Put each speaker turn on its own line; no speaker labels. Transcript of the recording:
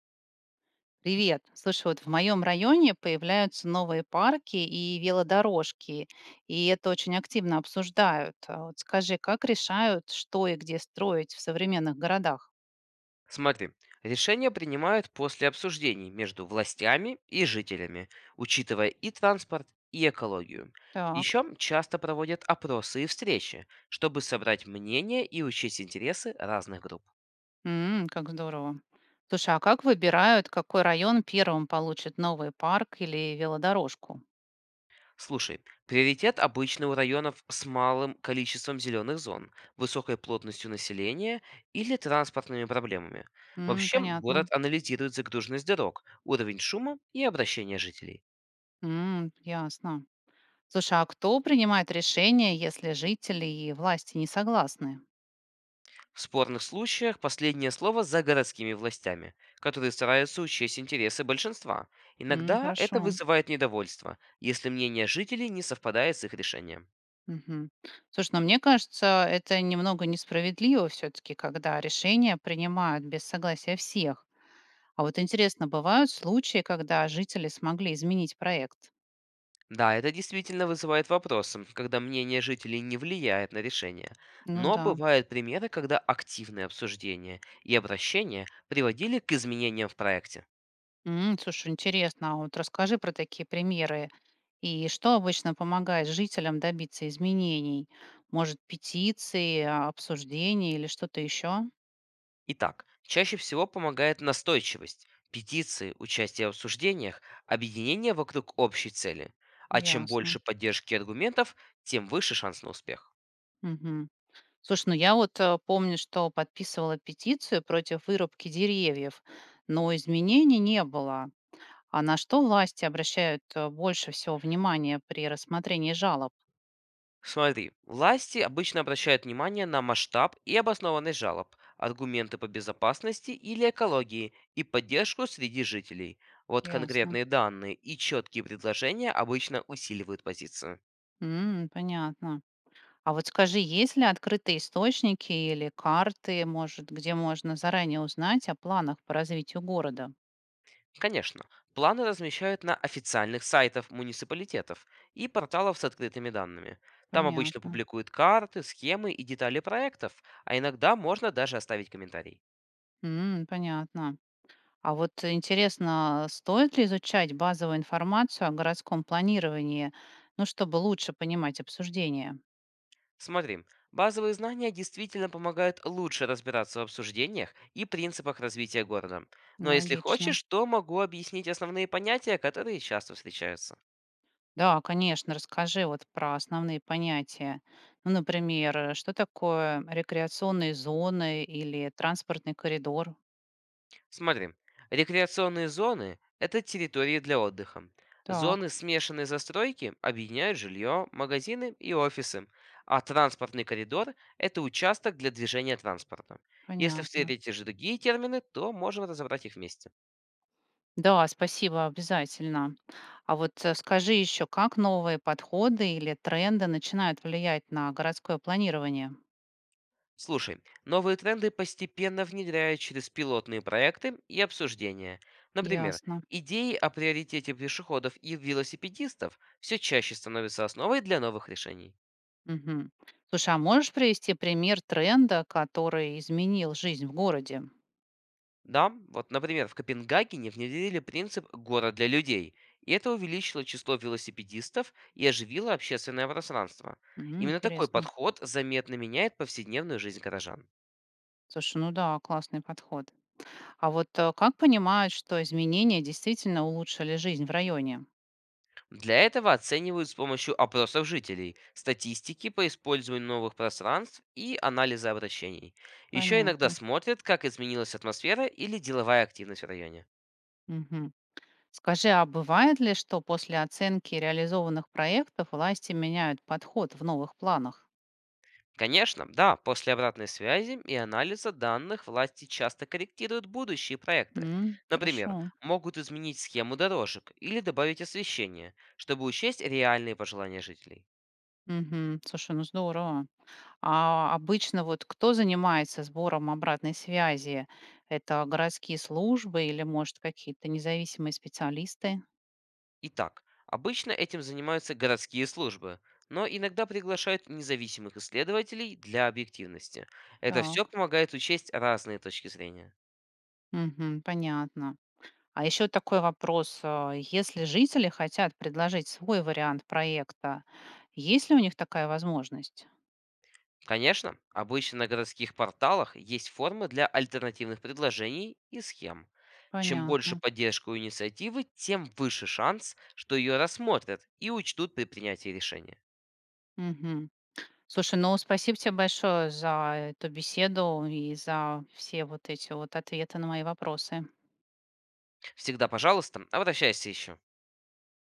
Привет. Слушай, вот в моем районе появляются новые парки и велодорожки, и это очень активно обсуждают. А вот скажи, как решают, что и где строить в современных городах?
Смотри, решения принимают после обсуждений между властями и жителями, учитывая и транспорт, и экологию.
Так.
Еще часто проводят опросы и встречи, чтобы собрать мнение и учесть интересы разных групп.
М, как здорово. Слушай, а как выбирают, какой район первым получит новый парк или велодорожку?
Слушай, приоритет обычно у районов с малым количеством зеленых зон, высокой плотностью населения или транспортными проблемами.
М,
Вообще, город
понятно.
анализирует загруженность дорог, уровень шума и обращение жителей.
М, ясно. Слушай, а кто принимает решение, если жители и власти не согласны?
В спорных случаях последнее слово за городскими властями, которые стараются учесть интересы большинства.
М,
Иногда это
хорошо.
вызывает недовольство, если мнение жителей не совпадает с их решением.
Мгм. Слушай, ну мне кажется, это немного несправедливо все-таки, когда решения принимают без согласия всех. А вот интересно, бывают случаи, когда жители смогли изменить проект?
Да, это действительно вызывает вопросы, когда мнение жителей не влияет на решение.
Ну
Но
да.
бывают примеры, когда активное обсуждение и обращение приводили к изменениям в проекте.
М, слушай, интересно, а вот расскажи про такие примеры. И что обычно помогает жителям добиться изменений? Может, петиции, обсуждения или что-то еще?
Итак, чаще всего помогает настойчивость, петиции, участие в обсуждениях, объединение вокруг общей цели. А чем больше
Ясно.
поддержки и аргументов, тем выше шанс на успех.
Мгм. Слушай, ну я вот помню, что подписывала петицию против вырубки деревьев, но изменений не было. А на что власти обращают больше всего внимания при рассмотрении жалоб?
Смотри, власти обычно обращают внимание на масштаб и обоснованность жалоб, аргументы по безопасности или экологии и поддержку среди жителей. Вот
Ясно.
конкретные данные и четкие предложения обычно усиливают позицию.
М, понятно. А вот скажи, есть ли открытые источники или карты, может, где можно заранее узнать о планах по развитию города?
Конечно, планы размещают на официальных сайтах муниципалитетов и порталов с открытыми данными. Там обычно
Понятно.
публикуют карты, схемы и детали проектов, а иногда можно даже оставить комментарий.
М, понятно. А вот интересно, стоит ли изучать базовую информацию о городском планировании, ну, чтобы лучше понимать обсуждение?
Смотри, базовые знания действительно помогают лучше разбираться в обсуждениях и принципах развития города. Но
Ну,
если
логично.
хочешь, то могу объяснить основные понятия, которые часто встречаются.
Да, конечно, расскажи вот про основные понятия. Ну, например, что такое рекреационные зоны или транспортный коридор?
Смотри, рекреационные зоны – это территории для отдыха. Зоны
Так,
смешанной застройки объединяют жилье, магазины и офисы, а транспортный коридор – это участок для движения транспорта. Если
понятно.
встретите же другие термины, то можем разобрать их вместе.
Да, спасибо, обязательно. А вот скажи еще, как новые подходы или тренды начинают влиять на городское планирование?
Слушай, новые тренды постепенно внедряют через пилотные проекты и обсуждения. Например,
Ясно.
идеи о приоритете пешеходов и велосипедистов все чаще становятся основой для новых решений.
Мгм. Слушай, а можешь привести пример тренда, который изменил жизнь в городе?
Да, вот, например, в Копенгагене внедрили принцип «город для людей», и это увеличило число велосипедистов и оживило общественное пространство.
М,
Именно такой
интересно.
подход заметно меняет повседневную жизнь горожан.
Слушай, ну да, классный подход. А вот как понимают, что изменения действительно улучшили жизнь в районе?
Для этого оценивают с помощью опросов жителей, статистики по использованию новых пространств и анализа обращений. Еще иногда
Понятно.
смотрят, как изменилась атмосфера или деловая активность в районе.
Мгм. Скажи, а бывает ли, что после оценки реализованных проектов власти меняют подход в новых планах?
Конечно, да, после обратной связи и анализа данных власти часто корректируют будущие проекты.
М,
Например,
хорошо.
могут изменить схему дорожек или добавить освещение, чтобы учесть реальные пожелания жителей.
Мгм. Слушай, ну здорово. А обычно вот кто занимается сбором обратной связи? Это городские службы или, может, какие-то независимые специалисты?
Итак, обычно этим занимаются городские службы, но иногда приглашают независимых исследователей для объективности. Это
Так,
все помогает учесть разные точки зрения.
мгм, понятно. А еще такой вопрос. Если жители хотят предложить свой вариант проекта, есть ли у них такая возможность?
Конечно, обычно на городских порталах есть формы для альтернативных предложений и схем. Чем больше
Понятно.
поддержка у инициативы, тем выше шанс, что ее рассмотрят и учтут при принятии решения.
Мгм. Слушай, ну спасибо тебе большое за эту беседу и за все вот эти вот ответы на мои вопросы.
Всегда, пожалуйста, обращайся еще.